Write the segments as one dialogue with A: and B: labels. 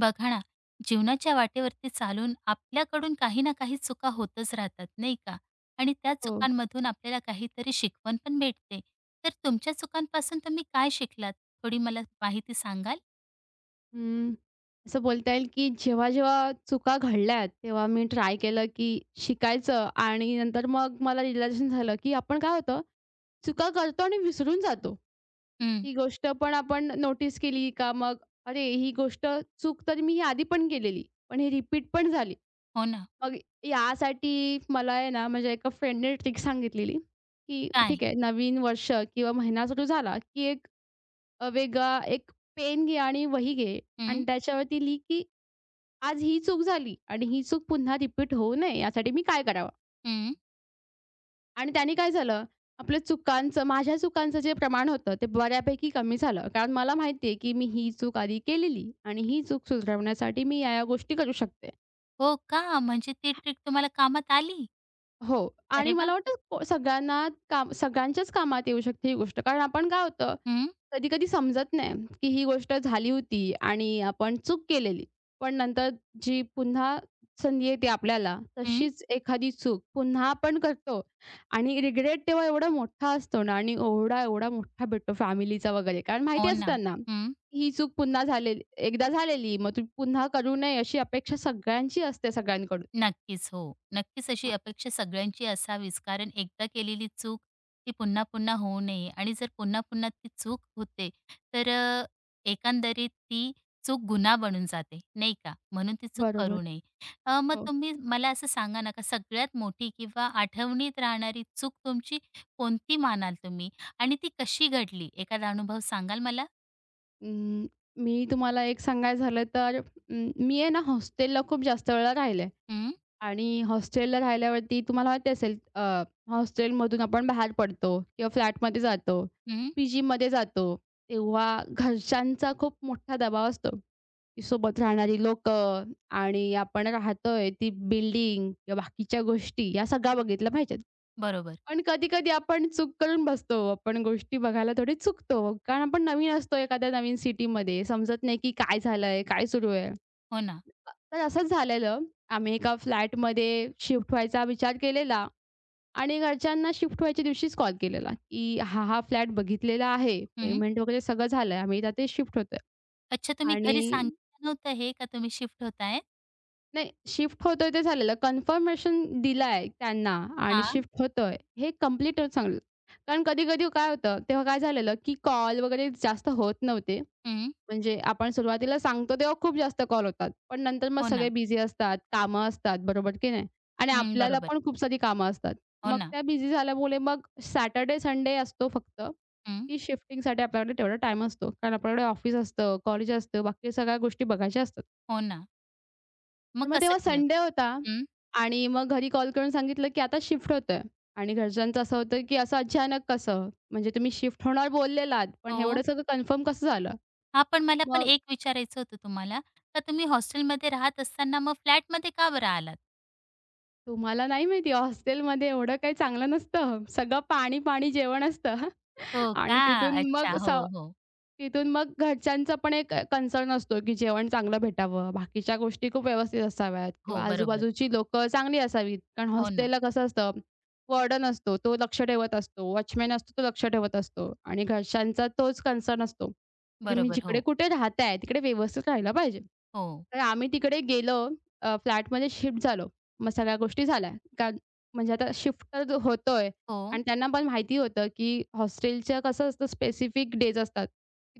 A: बघा ना, जीवनाच्या वाटेवरती चालून आपल्याकडून काही ना काही चुका होतच राहतात, नाही का? आणि त्या
B: हो.
A: चुकांमधून आपल्याला काहीतरी शिकवण पण भेटते. तर तुमच्या चुकांपासून तुम्ही काय शिकलात? थोडी मला माहिती सांगाल?
B: अं, असं बोलता येईल, की जेव्हा-जेव्हा चुका घडल्यात, तेव्हा मी ट्राय केलं, की शिकायचं आणि नंतर मग मला रिअलायझेशन झालं, की आपण काय होतं, चुका करतो आणि विसरून जातो.
A: हं,
B: ही गोष्ट पण आपण नोटीस केली का मग, "अरे, ही गोष्ट चूक तर मी ही आधी पण केलेली, पण ही रिपीट पण झाली."
A: हो ना.
B: मग यासाठी मला आहे ना, माझ्या एका फ्रेंडने ट्रिक सांगितलेली, की
A: काय?
B: ठीक आहे, नवीन वर्ष किंवा महिना सुरू झाला, की एक वेगळा एक पेन घे आणि वही घे आणि
A: हं,
B: त्याच्यावरती लिही, की आज ही चूक झाली आणि ही चूक पुन्हा रिपीट होऊ नये यासाठी मी काय करावं?
A: हं.
B: आणि त्याने काय झालं, आपल्या चुकांचं माझ्या चुकांचं जे प्रमाण होतं ते बऱ्यापैकी कमी झालं. कारण मला माहिती आहे, की मी ही चूक आधी केलेली आणि ही चूक सुधारवण्यासाठी मी या गोष्टी करू शकते.
A: हो का? म्हणजे ती ट्रिक तुम्हाला कामात आली?
B: हो. आणि
A: अरे वाह!
B: मला वाटतं को सगळ्यांना काम सगळ्यांच्याच कामात येऊ शकते ही गोष्ट. कारण आपण काय होतं,
A: हं,
B: कधी-कधी समजत नाही, की ही गोष्ट झाली होती आणि आपण चूक केलेली. पण नंतर जी पुन्हा संधी येते आपल्याला,
A: हं.
B: तशीच एखादी चूक पुन्हा आपण करतो आणि रिग्रेट तेव्हा एवढा मोठा असतो ना आणि ओरडा एवढा मोठा भेटतो फॅमिलीचा वगैरे. कारण माहिती
A: हो
B: असतं
A: ना.
B: त्यांना,
A: हं.
B: की ही चूक पुन्हा झालेली एकदा झालेली, मग तू पुन्हा करू नये अशी अपेक्षा सगळ्यांची असते सगळ्यांकडून.
A: नक्कीच, हो. नक्कीच अशी
B: हां,
A: अपेक्षा सगळ्यांची असावीच. कारण एकदा केलेली चूक ती पुन्हा पुन्हा होऊ नये आणि जर पुन्हा पुन्हा ती चूक होते, तर एकंदरीत ती चूक गुन्हा बनून जाते, नाही का? म्हणून ती चूक
B: बरोबर.
A: करू नये. मग
B: हो.
A: तुम्ही मला असं सांगा ना, का सगळ्यात मोठी किंवा आठवणीत राहणारी चूक तुमची कोणती मानाल तुम्ही आणि ती कशी घडली? एखादा अनुभव सांगाल मला?
B: अं, मी तुम्हाला एक सांगायचं झालं तर मी आहे ना हॉस्टेलला खूप जास्त वेळा राहिले
A: हं,
B: आणि हॉस्टेलला राहिल्यावरती तुम्हाला माहिती असेल हॉस्टेलमधून आपण बाहेर पडतो किंवा फ्लॅटमध्ये जातो,
A: हं.
B: पीजीमध्ये जातो, तेव्हा घरच्यांचा खूप मोठा दबाव असतो. की सोबत राहणारी लोकं आणि आपण राहतोय ती बिल्डिंग किंवा बाकीच्या गोष्टी या सगळ्या बघितल्या पाहिजेत.
A: बरोबर.
B: पण कधी-कधी आपण चूक करून बसतो. आपण गोष्टी बघायला थोडी चुकतो. कारण आपण नवीन असतो एखाद्या नवीन सिटीमध्ये. समजत नाही की काय झालंय? काय सुरू आहे?
A: हो ना.
B: तर असंच झालेलं. आम्ही एका फ्लॅटमध्ये शिफ्ट व्हायचा विचार केलेला आणि घरच्यांना शिफ्ट व्हायच्या दिवशीच कॉल केलेला, की हा फ्लॅट बघितलेला आहे.
A: हं.
B: पेमेंट वगैरे सगळं झालंय. आम्ही आता ते शिफ्ट होतोय
A: अच्छा, तुम्ही घरी
B: आणि
A: सांगितलं नव्हतं हे, का तुम्ही शिफ्ट होताय?
B: नाही, शिफ्ट होतोय ते झालेलं. कन्फर्मेशन दिलाय त्यांना आणि
A: हां,
B: शिफ्ट होतोय हे कंप्लीट सांगितलं. कारण कधी-कधी काय होतं, तेव्हा काय झालेलं, की कॉल वगैरे जास्त होत नव्हते.
A: हं.
B: म्हणजे आपण सुरुवातीला सांगतो तेव्हा खूप जास्त कॉल होतात. पण नंतर मग
A: हो ना.
B: सगळे बिझी असतात, कामं असतात, बरोबर की नाही? आणि
A: हं,
B: आपल्याला
A: बरोबर.
B: पण खूप सारी कामं असतात.
A: हो
B: मग
A: ना.
B: त्या बिझी झाल्यामुळे मग सॅटर्डे, संडे असतो फक्त,
A: हं,
B: की शिफ्टिंगसाठी आपल्याकडे तेवढा टाईम असतो. कारण आपल्याकडे ऑफिस असतं, कॉलेज असतं, बाकी सगळ्या गोष्टी बघायच्या असतात.
A: हो ना. मग
B: मग
A: कसं
B: तेव्हा
A: केलं?
B: संडे होता
A: हं,
B: आणि मग घरी कॉल करून सांगितलं, की आता शिफ्ट होतंय आणि घरच्यांचं असं होतं, की असं अचानक कसं? म्हणजे तुम्ही शिफ्ट होणार बोललेलात, पण एवढं
A: हो.
B: सगळं कन्फर्म कसं झालं?
A: हां, पण मला पण
B: मग
A: एक विचारायचं होतं तुम्हाला, का तुम्ही हॉस्टेलमध्ये राहत असताना मग फ्लॅटमध्ये का बरं आलात?
B: तुम्हाला नाही माहिती हॉस्टेलमध्ये एवढं काही चांगलं नसतं. सगळं पाणी-पाणी जेवण असतं
A: हो का?
B: आणि
A: अच्छा. हो, हो.
B: तिथून मग घरच्यांचा पण एक कन्सर्न असतो, की जेवण चांगलं भेटावं, बाकीच्या गोष्टी खूप व्यवस्थित असाव्यात किंवा
A: हो, बरोबर.
B: आजूबाजूची लोकं चांगली असावीत. कारण
A: हो ना.
B: हॉस्टेलला कसं असतं, वॉर्डन असतो, तो लक्ष ठेवत असतो. वॉचमन असतो, तो लक्ष ठेवत असतो आणि घरच्यांचा तोच कन्सर्न असतो, की तुम्ही
A: बरोबर.
B: जिकडे
A: हो,
B: कुठे राहताय, तिकडे व्यवस्थित राहायला पाहिजे.
A: हो,
B: तर आम्ही तिकडे गेलो, फ्लॅटमध्ये शिफ्ट झालो. मग सगळ्या गोष्टी झाल्या. कारण म्हणजे आता शिफ्ट तर होतोय
A: हो,
B: आणि त्यांना पण माहिती होतं, की हॉस्टेलचं कसं असतं स्पेसिफिक डेज असतात.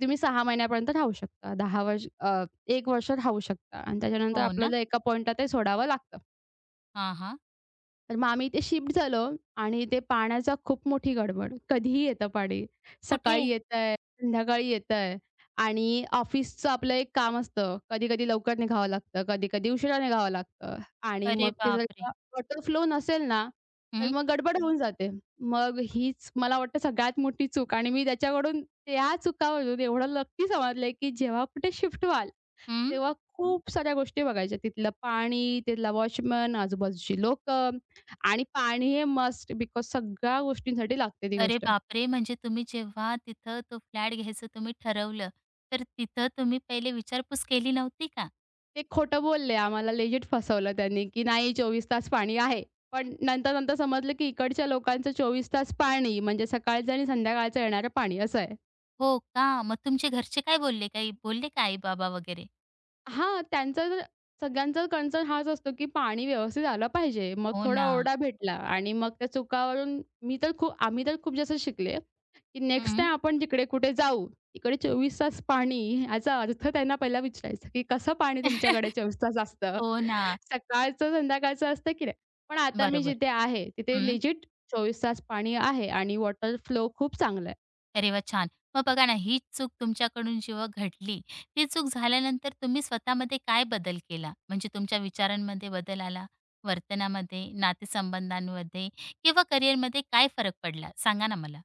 B: तुम्ही 6 महिन्यापर्यंत राहू शकता. 1 वर्ष राहू शकता आणि त्याच्यानंतर
A: हो ना.
B: आपल्याला एका पॉइंटला ते सोडावं लागतं.
A: हां, हां.
B: तर मग आम्ही इथे शिफ्ट झालो आणि ते पाण्याचा खूप मोठी गडबड. कधीही येतं पाणी.
A: कुठे?
B: सकाळी येतंय, संध्याकाळी येतंय आणि ऑफिसचं आपलं एक काम असतं. कधी-कधी लवकर निघावं लागतं, कधी-कधी उशिरा निघावं लागतं आणि
A: अरे
B: मग ते जर
A: बापरे!
B: का वॉटर फ्लो नसेल ना, तर
A: हं,
B: मग गडबड होऊन जाते. मग हीच मला वाटतं सगळ्यात मोठी चूक आणि मी त्या चुकावरून एवढं नक्की समजलंय, की जेव्हा कुठे शिफ्ट व्हाल
A: हं.
B: तेव्हा खूप साऱ्या गोष्टी बघायच्या. तिथलं पाणी, तिथला वॉचमन, आजूबाजूची लोक, आणि पाणी हे मस्ट बिकॉज सगळ्या गोष्टींसाठी लागते ती
A: अरे
B: गोष्ट.
A: बापरे! म्हणजे तुम्ही जेव्हा तिथं तो फ्लॅट घ्यायचं तुम्ही ठरवलं, तर तिथं तुम्ही पहिले विचारपूस केली नव्हती का?
B: ते खोटं बोलले आम्हाला लेजिट फसवलं त्यांनी, की नाही 24 तास पाणी आहे. पण नंतर-नंतर समजलं, की इकडच्या लोकांचं 24 तास पाणी म्हणजे सकाळचं आणि संध्याकाळचं येणारं पाणी असं आहे.
A: हो का? मग तुमचे घरचे काय बोलले? काही बोलले का आई-बाबा वगैरे?
B: हां, त्यांचा जर सगळ्यांचा कन्सर्न हाच असतो, की पाणी व्यवस्थित आलं पाहिजे. मग
A: हो
B: थोडा
A: ना.
B: ओरडा भेटला आणि मग त्या चुकावरून मी तर खूप आम्ही तर खूप जास्त शिकले, की नेक्स्ट
A: हं.
B: टाईम आपण जिकडे कुठे जाऊ, तिकडे 24 तास पाणी याचा अर्थ त्यांना पहिला विचारायचा, की कसं पाणी तुमच्याकडे 24 तास असतं?
A: हो ना.
B: सकाळचं, संध्याकाळचं असतं की नाही? पण आता मी
A: बरोबर.
B: जिथे आहे, तिथे
A: हं.
B: लेजिट 24 तास पाणी आहे आणि वॉटर फ्लो खूप चांगला आहे.
A: अरे वा छान. मग बघा ना, ही चूक तुमच्याकडून जेव्हा घडली, ती चूक झाल्यानंतर तुम्ही स्वतःमध्ये काय बदल केला? म्हणजे तुमच्या विचारांमध्ये बदल आला, वर्तनामध्ये, नातेसंबंधांमध्ये किंवा करिअरमध्ये काय फरक पडला? सांगा ना मला.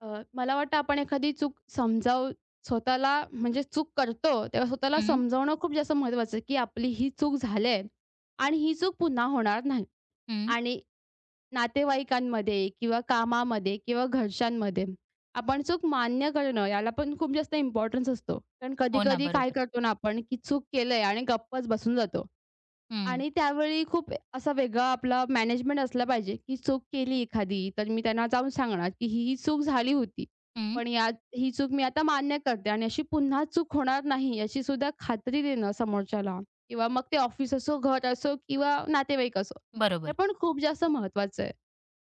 B: मला वाटतं आपण एखादी चूक समजावू स्वतःला म्हणजे चूक करतो तेव्हा स्वतःला
A: हं,
B: समजावणं खूप जास्त महत्त्वाचं आहे, की आपली ही चूक झाली आहे आणि ही चूक पुन्हा होणार नाही.
A: हं.
B: आणि नातेवाईकांमध्ये किंवा कामामध्ये किंवा घरच्यांमध्ये आपण चूक मान्य करणं याला पण खूप जास्त इम्पॉर्टन्स असतो. कारण
A: हो ना.
B: कधी-कधी काय
A: बरोबर.
B: करतो ना आपण, की चूक केलंय आणि गप्पच बसून जातो.
A: हं,
B: आणि त्यावेळी खूप असा वेगळा आपला मॅनेजमेंट असला पाहिजे, की चूक केली एखादी, तर मी त्यांना जाऊन सांगणार, की ही चूक झाली होती.
A: हं.
B: पण यात ही चूक मी आता मान्य करते आणि अशी पुन्हा चूक होणार नाही याची सुद्धा खात्री देणं समोरच्याला किंवा मग ते ऑफिस असो, घर असो किंवा नातेवाईक असो. हे
A: बरोबर.
B: पण खूप जास्त महत्त्वाचं आहे.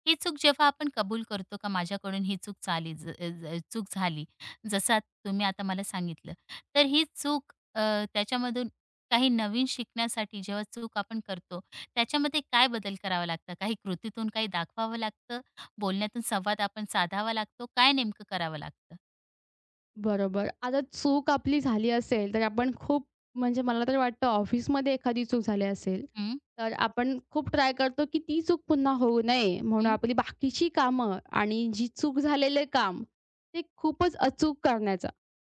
A: ही चूक जेव्हा आपण कबूल करतो का माझ्याकडून ही चूक चाली ज ज चूक झाली. जसं तुम्ही आता मला सांगितलं. तर ही चूक त्याच्यामधून काही नवीन शिकण्यासाठी जेव्हा चूक आपण करतो, त्याच्यामध्ये काय बदल करावा लागतं? काही कृतीतून काही दाखवावं लागतं? बोलण्यातून संवाद आपण साधावा लागतो? काय नेमकं करावं लागतं?
B: बरोबर. आता चूक आपली झाली असेल, तर आपण खूप म्हणजे मला तर वाटतं ऑफिसमध्ये एखादी चूक झाली असेल,
A: हं,
B: तर आपण खूप ट्राय करतो, की ती चूक पुन्हा होऊ नये म्हणून
A: हं,
B: आपली बाकीची कामं आणि जी चूक झालेले काम, ते खूपच अचूक करण्याचा,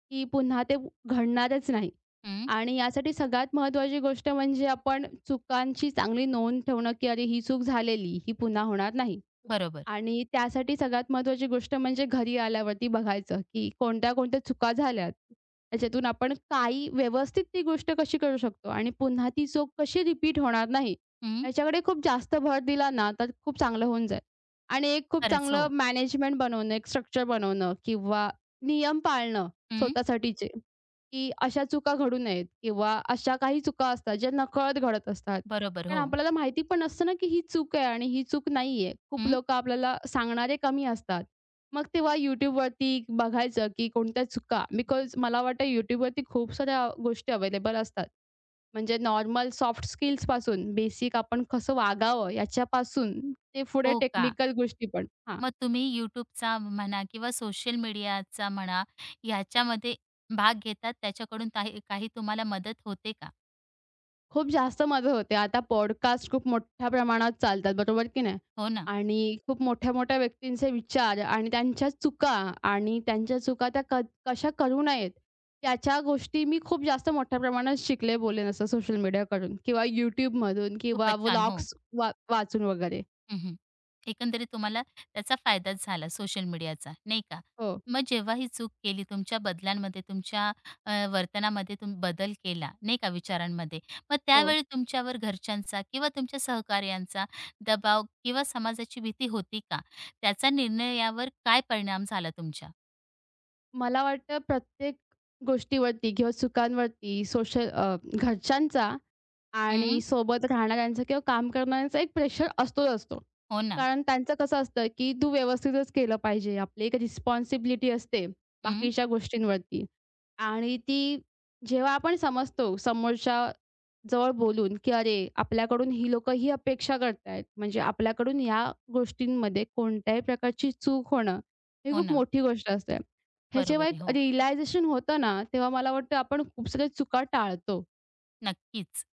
B: की पुन्हा ते घडणारच नाही.
A: हं.
B: आणि यासाठी सगळ्यात महत्त्वाची गोष्ट म्हणजे आपण चुकांची चांगली नोंद ठेवणं, की अरे ही चूक झालेली, ही पुन्हा होणार नाही.
A: बरोबर.
B: आणि त्यासाठी सगळ्यात महत्त्वाची गोष्ट म्हणजे घरी आल्यावरती बघायचं, की कोणत्या-कोणत्या चुका झाल्यात. त्याच्यातून आपण काही व्यवस्थित ती गोष्ट कशी करू शकतो आणि पुन्हा ती चूक कशी रिपीट होणार नाही,
A: हं.
B: याच्याकडे खूप जास्त भर दिला ना, तर खूप चांगलं होऊन जाईल. आणि एक खूप
A: खरंच,
B: चांगलं
A: हो.
B: मॅनेजमेंट बनवणं, एक स्ट्रक्चर बनवणं किंवा नियम पाळणं
A: हं.
B: स्वतःसाठीचे, की अशा चुका घडू नयेत किंवा अशा काही चुका असतात, ज्या नकळत घडत असतात.
A: बरोबर,
B: कारण
A: हो.
B: आपल्याला माहिती पण नसतं ना, की ही चूक आहे आणि ही चूक नाहीये. खूप
A: हं.
B: लोकं आपल्याला सांगणारे कमी असतात. मग तेव्हा YouTubeवरती बघायचं, की कोणत्या चुका बिकॉज मला वाटतं YouTubeवरती खूप साऱ्या गोष्टी अवेलेबल असतात. म्हणजे नॉर्मल सॉफ्ट स्किल्सपासून बेसिक आपण कसं वागावं याच्यापासून ते पुढे
A: हो का?
B: टेक्निकल गोष्टी पण. हां.
A: मग तुम्ही YouTubeचा म्हणा किंवा सोशल मीडियाचा म्हणा, ह्याच्यामध्ये भाग घेतात त्याच्याकडून काही काही तुम्हाला मदत होते का?
B: खूप जास्त मदत होते. आता पॉडकास्ट खूप मोठ्या प्रमाणात चालतात, बरोबर की नाही?
A: हो ना,
B: आणि खूप मोठ्या-मोठ्या व्यक्तींचे विचार आणि त्यांच्या चुका त्या क कशा करू नयेत, त्याच्या गोष्टी मी खूप जास्त मोठ्या प्रमाणात शिकले, बोलेन असं सोशल मीडियाकडून किंवा YouTubeमधून किंवा
A: खूपच छान. हो.
B: व्लॉग्स वाचून वगैरे.
A: हं, एकंदरीत तुम्हाला त्याचा फायदाच झाला सोशल मीडियाचा, नाही का?
B: हो,
A: मग जेव्हा ही चूक केली तुमच्या बदलांमध्ये, तुमच्या वर्तनामध्ये तुम्ही बदल केला, नाही का, विचारांमध्ये. मग
B: हो.
A: त्यावेळी तुमच्यावर घरच्यांचा किंवा तुमच्या सहकार्यांचा दबाव किंवा समाजाची भीती होती का? त्याचा निर्णयावर काय परिणाम झाला तुमच्या?
B: मला वाटतं प्रत्येक गोष्टीवरती किंवा चुकांवरती सोशल घरच्यांचा आणि
A: हं.
B: सोबत राहणाऱ्यांचा किंवा काम करणाऱ्यांचा एक प्रेशर असतोच असतो.
A: हो ना.
B: कारण त्यांचं कसं असतं, की तू व्यवस्थितच केलं पाहिजे. आपली एक रिस्पॉन्सिबिलिटी असते
A: हं.
B: बाकीच्या गोष्टींवरती आणि ती जेव्हा आपण समजतो समोरच्या जवळ बोलून, की "अरे, आपल्याकडून ही लोकं ही अपेक्षा करतायत. म्हणजे आपल्याकडून या गोष्टींमध्ये कोणत्याही प्रकारची चूक होणं ही
A: हो
B: खूप
A: ना.
B: मोठी गोष्ट असते." हे जेव्हा
A: बरोबर आहे.
B: एक
A: हो.
B: रिअलायझेशन होतं ना, तेव्हा मला वाटतं आपण खूप साऱ्या चुका टाळतो.
A: नक्कीच.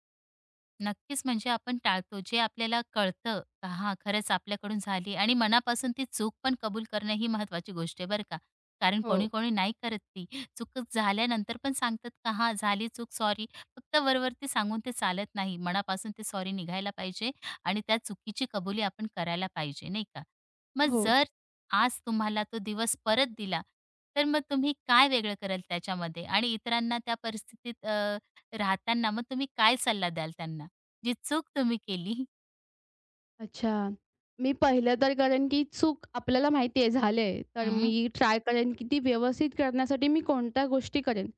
A: नक्कीच, म्हणजे आपण टाळतो. जे आपल्याला कळतं का हां, खरंच आपल्याकडून झाली आणि मनापासून ती चूक पण कबूल करणं ही महत्वाची गोष्ट आहे बरं का. कारण
B: हो.
A: कोणी-कोणी नाही करत ती. चूक झाल्यानंतर पण सांगतात का हां, झाली चूक सॉरी. फक्त वरवरती सांगून ते चालत नाही. मनापासून ते सॉरी निघायला पाहिजे आणि त्या चुकीची कबुली आपण करायला पाहिजे, नाही का? मग
B: हो.
A: जर आज तुम्हाला तो दिवस परत दिला, तर मग तुम्ही काय वेगळं कराल त्याच्यामध्ये आणि इतरांना त्या परिस्थितीत राहताना मग तुम्ही काय सल्ला द्याल त्यांना? जी चूक तुम्ही केली.
B: अच्छा. मी पहिलं तर करेन, की चूक आपल्याला माहिती आहे झाले, तर
A: हं,
B: मी ट्राय करेन, की ती व्यवस्थित करण्यासाठी मी कोणत्या गोष्टी करेन.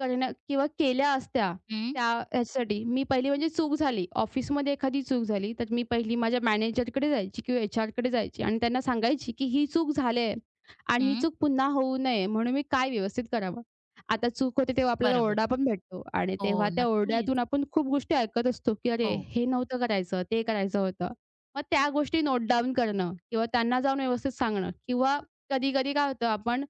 B: करण्या किंवा केल्या असत्या
A: हं,
B: त्या ह्याच्यासाठी. मी पहिली म्हणजे चूक झाली, ऑफिसमध्ये एखादी चूक झाली, तर मी पहिली माझ्या मॅनेजरकडे जायची किंवा एचआरकडे जायची आणि त्यांना सांगायची, की ही चूक झाली आहे आणि ही
A: हं.
B: चूक पुन्हा होऊ नये म्हणून मी काय व्यवस्थित करावं. आता चूक होते तेव्हा आपल्याला
A: बरोबर.
B: ओरडा पण भेटतो आणि
A: हो,
B: तेव्हा त्या
A: नक्कीच.
B: ओरड्यातून आपण खूप गोष्टी ऐकत असतो, की अरे
A: हो.
B: हे नव्हतं करायचं, ते करायचं होतं. मग त्या गोष्टी नोट डाउन करणं किंवा त्यांना जाऊन व्यवस्थित सांगणं किंवा कधी-कधी काय होतं आपण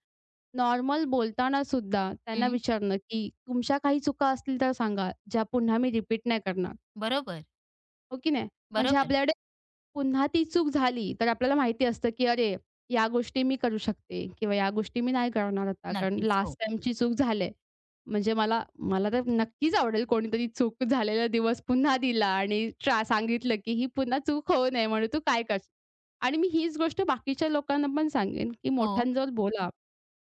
B: नॉर्मल बोलताना सुद्धा त्यांना
A: हं.
B: विचारणं, की "तुमच्या काही चुका असतील तर सांगा, ज्या पुन्हा मी रिपीट नाही करणार."
A: बरोबर,
B: हो की नाही? म्हणजे
A: बरोबर.
B: आपल्याकडे पुन्हा ती चूक झाली, तर आपल्याला माहिती असतं, की अरे, या गोष्टी मी करू शकते किंवा या गोष्टी मी नाही करणार आता, कारण
A: नक्कीच. हो,
B: लास्ट टाईमची चूक झाली आहे. म्हणजे मला मला तर नक्कीच आवडेल कोणीतरी चूक झालेला दिवस पुन्हा दिला आणि सांगितलं, की ही पुन्हा चूक होऊ नये म्हणून तू काय कर. आणि मी हीच गोष्ट बाकीच्या लोकांना पण सांगेन, की
A: हो.
B: मोठ्यांजवळ बोला.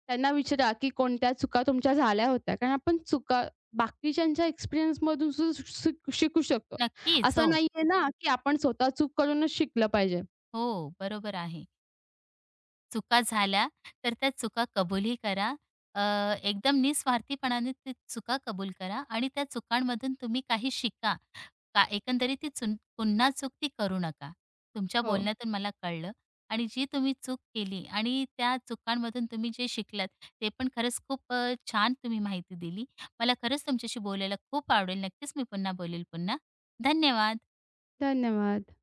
B: त्यांना विचारा, की कोणत्या चुका तुमच्या झाल्या होत्या. कारण आपण चुका बाकीच्यांच्या एक्सपिरियन्समधून सुद्धा शिकू शकतो.
A: नक्कीच.
B: असं
A: हो,
B: नाहीये ना, की आपण स्वतः चूक करूनच शिकलं पाहिजे.
A: हो. बरोबर आहे. चुका झाल्या, तर त्या चुका कबूलही करा. अ, एकदम निस्वार्थीपणाने ती चुका कबूल करा आणि त्या चुकांमधून तुम्ही काही शिका. का एकंदरीत ती पुन्हा चूक ती करू नका. तुमच्या
B: हो,
A: बोलण्यातून मला कळलं आणि जी तुम्ही चूक केली आणि त्या चुकांमधून तुम्ही जे शिकलात, ते पण खरंच खूप छान तुम्ही माहिती दिली. मला खरंच तुमच्याशी बोलायला खूप आवडेल. नक्कीच मी पुन्हा बोलेल पुन्हा. धन्यवाद.
B: धन्यवाद.